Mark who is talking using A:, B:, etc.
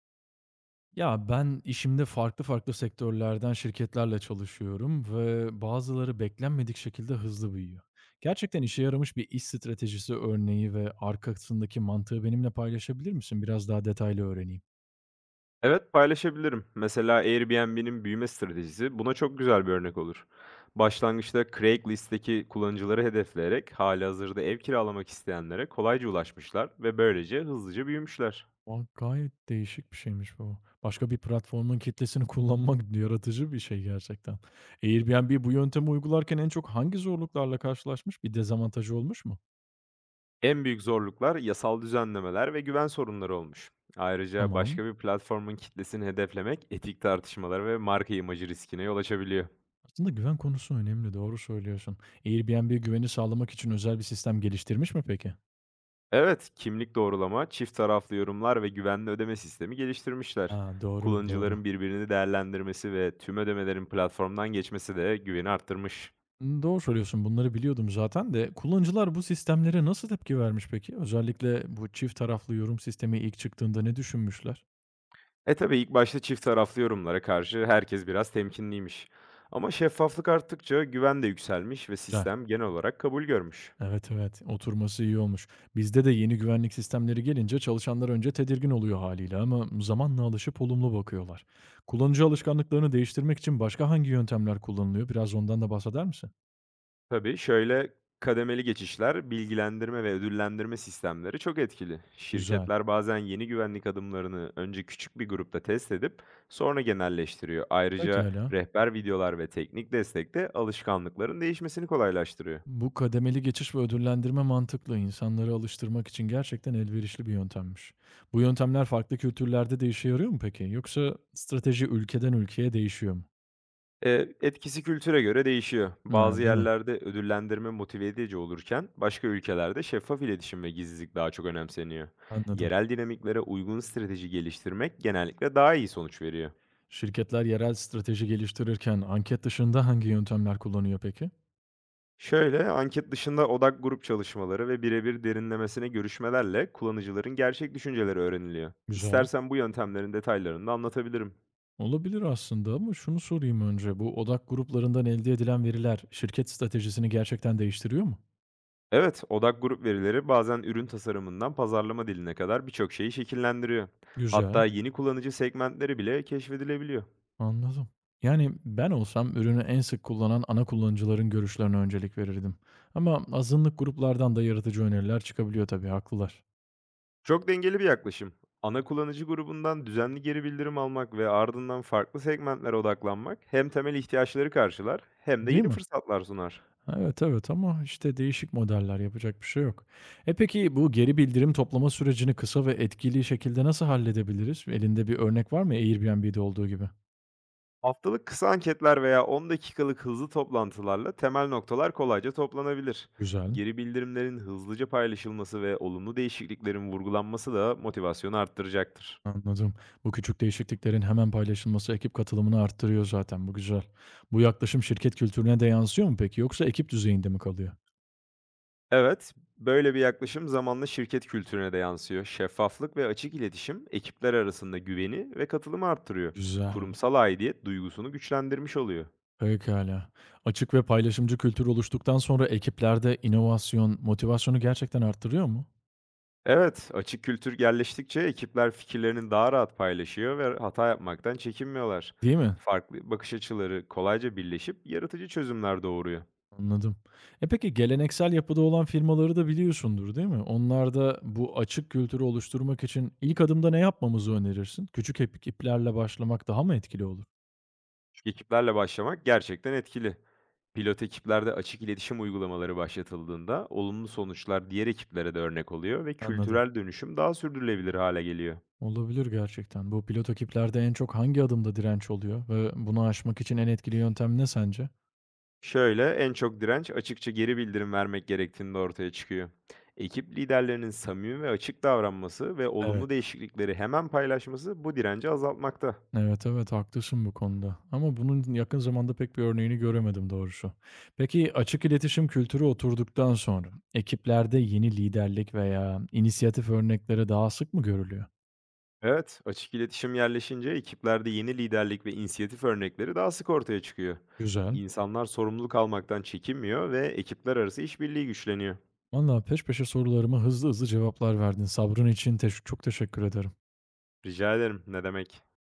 A: Ya, ben işimde farklı sektörlerden şirketlerle çalışıyorum ve bazıları beklenmedik şekilde hızlı büyüyor. Gerçekten işe yaramış bir iş stratejisi örneği ve arkasındaki mantığı benimle paylaşabilir misin? Biraz daha detaylı öğreneyim.
B: Evet, paylaşabilirim. Mesela Airbnb'nin büyüme stratejisi buna çok güzel bir örnek olur. Başlangıçta Craigslist'teki kullanıcıları hedefleyerek halihazırda ev kiralamak isteyenlere kolayca ulaşmışlar ve böylece hızlıca büyümüşler.
A: A, gayet değişik bir şeymiş bu. Başka bir platformun kitlesini kullanmak yaratıcı bir şey gerçekten. Airbnb bu yöntemi uygularken en çok hangi zorluklarla karşılaşmış? Bir dezavantajı olmuş mu?
B: En büyük zorluklar yasal düzenlemeler ve güven sorunları olmuş. Ayrıca
A: Tamam.
B: başka bir platformun kitlesini hedeflemek etik tartışmalar ve marka imajı riskine yol açabiliyor.
A: Aslında güven konusu önemli, doğru söylüyorsun. Airbnb güveni sağlamak için özel bir sistem geliştirmiş mi peki?
B: Evet, kimlik doğrulama, çift taraflı yorumlar ve güvenli ödeme sistemi geliştirmişler.
A: Ha, doğru, doğru.
B: Kullanıcıların birbirini değerlendirmesi ve tüm ödemelerin platformdan geçmesi de güveni arttırmış.
A: Doğru söylüyorsun, bunları biliyordum zaten de kullanıcılar bu sistemlere nasıl tepki vermiş peki? Özellikle bu çift taraflı yorum sistemi ilk çıktığında ne düşünmüşler?
B: E tabii ilk başta çift taraflı yorumlara karşı herkes biraz temkinliymiş. Ama şeffaflık arttıkça güven de yükselmiş ve
A: Güzel.
B: sistem genel olarak kabul görmüş.
A: Evet, evet, oturması iyi olmuş. Bizde de yeni güvenlik sistemleri gelince çalışanlar önce tedirgin oluyor haliyle ama zamanla alışıp olumlu bakıyorlar. Kullanıcı alışkanlıklarını değiştirmek için başka hangi yöntemler kullanılıyor? Biraz ondan da bahseder misin?
B: Tabii, şöyle kademeli geçişler, bilgilendirme ve ödüllendirme sistemleri çok etkili.
A: Güzel.
B: Şirketler bazen yeni güvenlik adımlarını önce küçük bir grupta test edip sonra genelleştiriyor. Ayrıca
A: Pekâlâ.
B: rehber videolar ve teknik destek de alışkanlıkların değişmesini kolaylaştırıyor.
A: Bu kademeli geçiş ve ödüllendirme mantıklı. İnsanları alıştırmak için gerçekten elverişli bir yöntemmiş. Bu yöntemler farklı kültürlerde de işe yarıyor mu peki? Yoksa strateji ülkeden ülkeye değişiyor mu?
B: Etkisi kültüre göre değişiyor. Bazı
A: Ha, değil mi?
B: yerlerde ödüllendirme motive edici olurken başka ülkelerde şeffaf iletişim ve gizlilik daha çok önemseniyor.
A: Anladım.
B: Yerel dinamiklere uygun strateji geliştirmek genellikle daha iyi sonuç veriyor.
A: Şirketler yerel strateji geliştirirken anket dışında hangi yöntemler kullanıyor peki?
B: Şöyle, anket dışında odak grup çalışmaları ve birebir derinlemesine görüşmelerle kullanıcıların gerçek düşünceleri öğreniliyor.
A: Güzel.
B: İstersen bu yöntemlerin detaylarını da anlatabilirim.
A: Olabilir aslında ama şunu sorayım önce. Bu odak gruplarından elde edilen veriler şirket stratejisini gerçekten değiştiriyor mu?
B: Evet, odak grup verileri bazen ürün tasarımından pazarlama diline kadar birçok şeyi şekillendiriyor.
A: Güzel.
B: Hatta yeni kullanıcı segmentleri bile keşfedilebiliyor.
A: Anladım. Yani ben olsam ürünü en sık kullanan ana kullanıcıların görüşlerine öncelik verirdim. Ama azınlık gruplardan da yaratıcı öneriler çıkabiliyor tabii, haklılar.
B: Çok dengeli bir yaklaşım. Ana kullanıcı grubundan düzenli geri bildirim almak ve ardından farklı segmentlere odaklanmak hem temel ihtiyaçları karşılar hem de
A: Değil
B: yeni
A: mi?
B: fırsatlar sunar.
A: Evet, evet, ama işte değişik modeller, yapacak bir şey yok. E peki, bu geri bildirim toplama sürecini kısa ve etkili şekilde nasıl halledebiliriz? Elinde bir örnek var mı Airbnb'de olduğu gibi?
B: Haftalık kısa anketler veya 10 dakikalık hızlı toplantılarla temel noktalar kolayca toplanabilir.
A: Güzel.
B: Geri bildirimlerin hızlıca paylaşılması ve olumlu değişikliklerin vurgulanması da motivasyonu arttıracaktır.
A: Anladım. Bu küçük değişikliklerin hemen paylaşılması ekip katılımını arttırıyor zaten. Bu güzel. Bu yaklaşım şirket kültürüne de yansıyor mu peki, yoksa ekip düzeyinde mi kalıyor?
B: Evet, böyle bir yaklaşım zamanla şirket kültürüne de yansıyor. Şeffaflık ve açık iletişim ekipler arasında güveni ve katılımı arttırıyor.
A: Güzel,
B: Kurumsal aidiyet duygusunu güçlendirmiş oluyor.
A: pekâlâ. Açık ve paylaşımcı kültür oluştuktan sonra ekiplerde inovasyon, motivasyonu gerçekten arttırıyor mu?
B: Evet, açık kültür yerleştikçe ekipler fikirlerini daha rahat paylaşıyor ve hata yapmaktan çekinmiyorlar.
A: Değil mi?
B: Farklı bakış açıları kolayca birleşip yaratıcı çözümler doğuruyor.
A: Anladım. E, peki, geleneksel yapıda olan firmaları da biliyorsundur, değil mi? Onlarda bu açık kültürü oluşturmak için ilk adımda ne yapmamızı önerirsin? Küçük ekiplerle başlamak daha mı etkili olur?
B: Küçük ekiplerle başlamak gerçekten etkili. Pilot ekiplerde açık iletişim uygulamaları başlatıldığında olumlu sonuçlar diğer ekiplere de örnek oluyor ve
A: Anladım.
B: kültürel dönüşüm daha sürdürülebilir hale geliyor.
A: Olabilir gerçekten. Bu pilot ekiplerde en çok hangi adımda direnç oluyor ve bunu aşmak için en etkili yöntem ne sence?
B: Şöyle, en çok direnç açıkça geri bildirim vermek gerektiğinde ortaya çıkıyor. Ekip liderlerinin samimi ve açık davranması ve olumlu
A: Evet.
B: değişiklikleri hemen paylaşması bu direnci azaltmakta.
A: Evet, evet, haklısın bu konuda ama bunun yakın zamanda pek bir örneğini göremedim doğrusu. Peki açık iletişim kültürü oturduktan sonra ekiplerde yeni liderlik veya inisiyatif örnekleri daha sık mı görülüyor?
B: Evet, açık iletişim yerleşince ekiplerde yeni liderlik ve inisiyatif örnekleri daha sık ortaya çıkıyor.
A: Güzel.
B: İnsanlar sorumluluk almaktan çekinmiyor ve ekipler arası işbirliği güçleniyor.
A: Vallahi peş peşe sorularıma hızlı cevaplar verdin. Sabrın için çok teşekkür ederim.
B: Rica ederim, ne demek?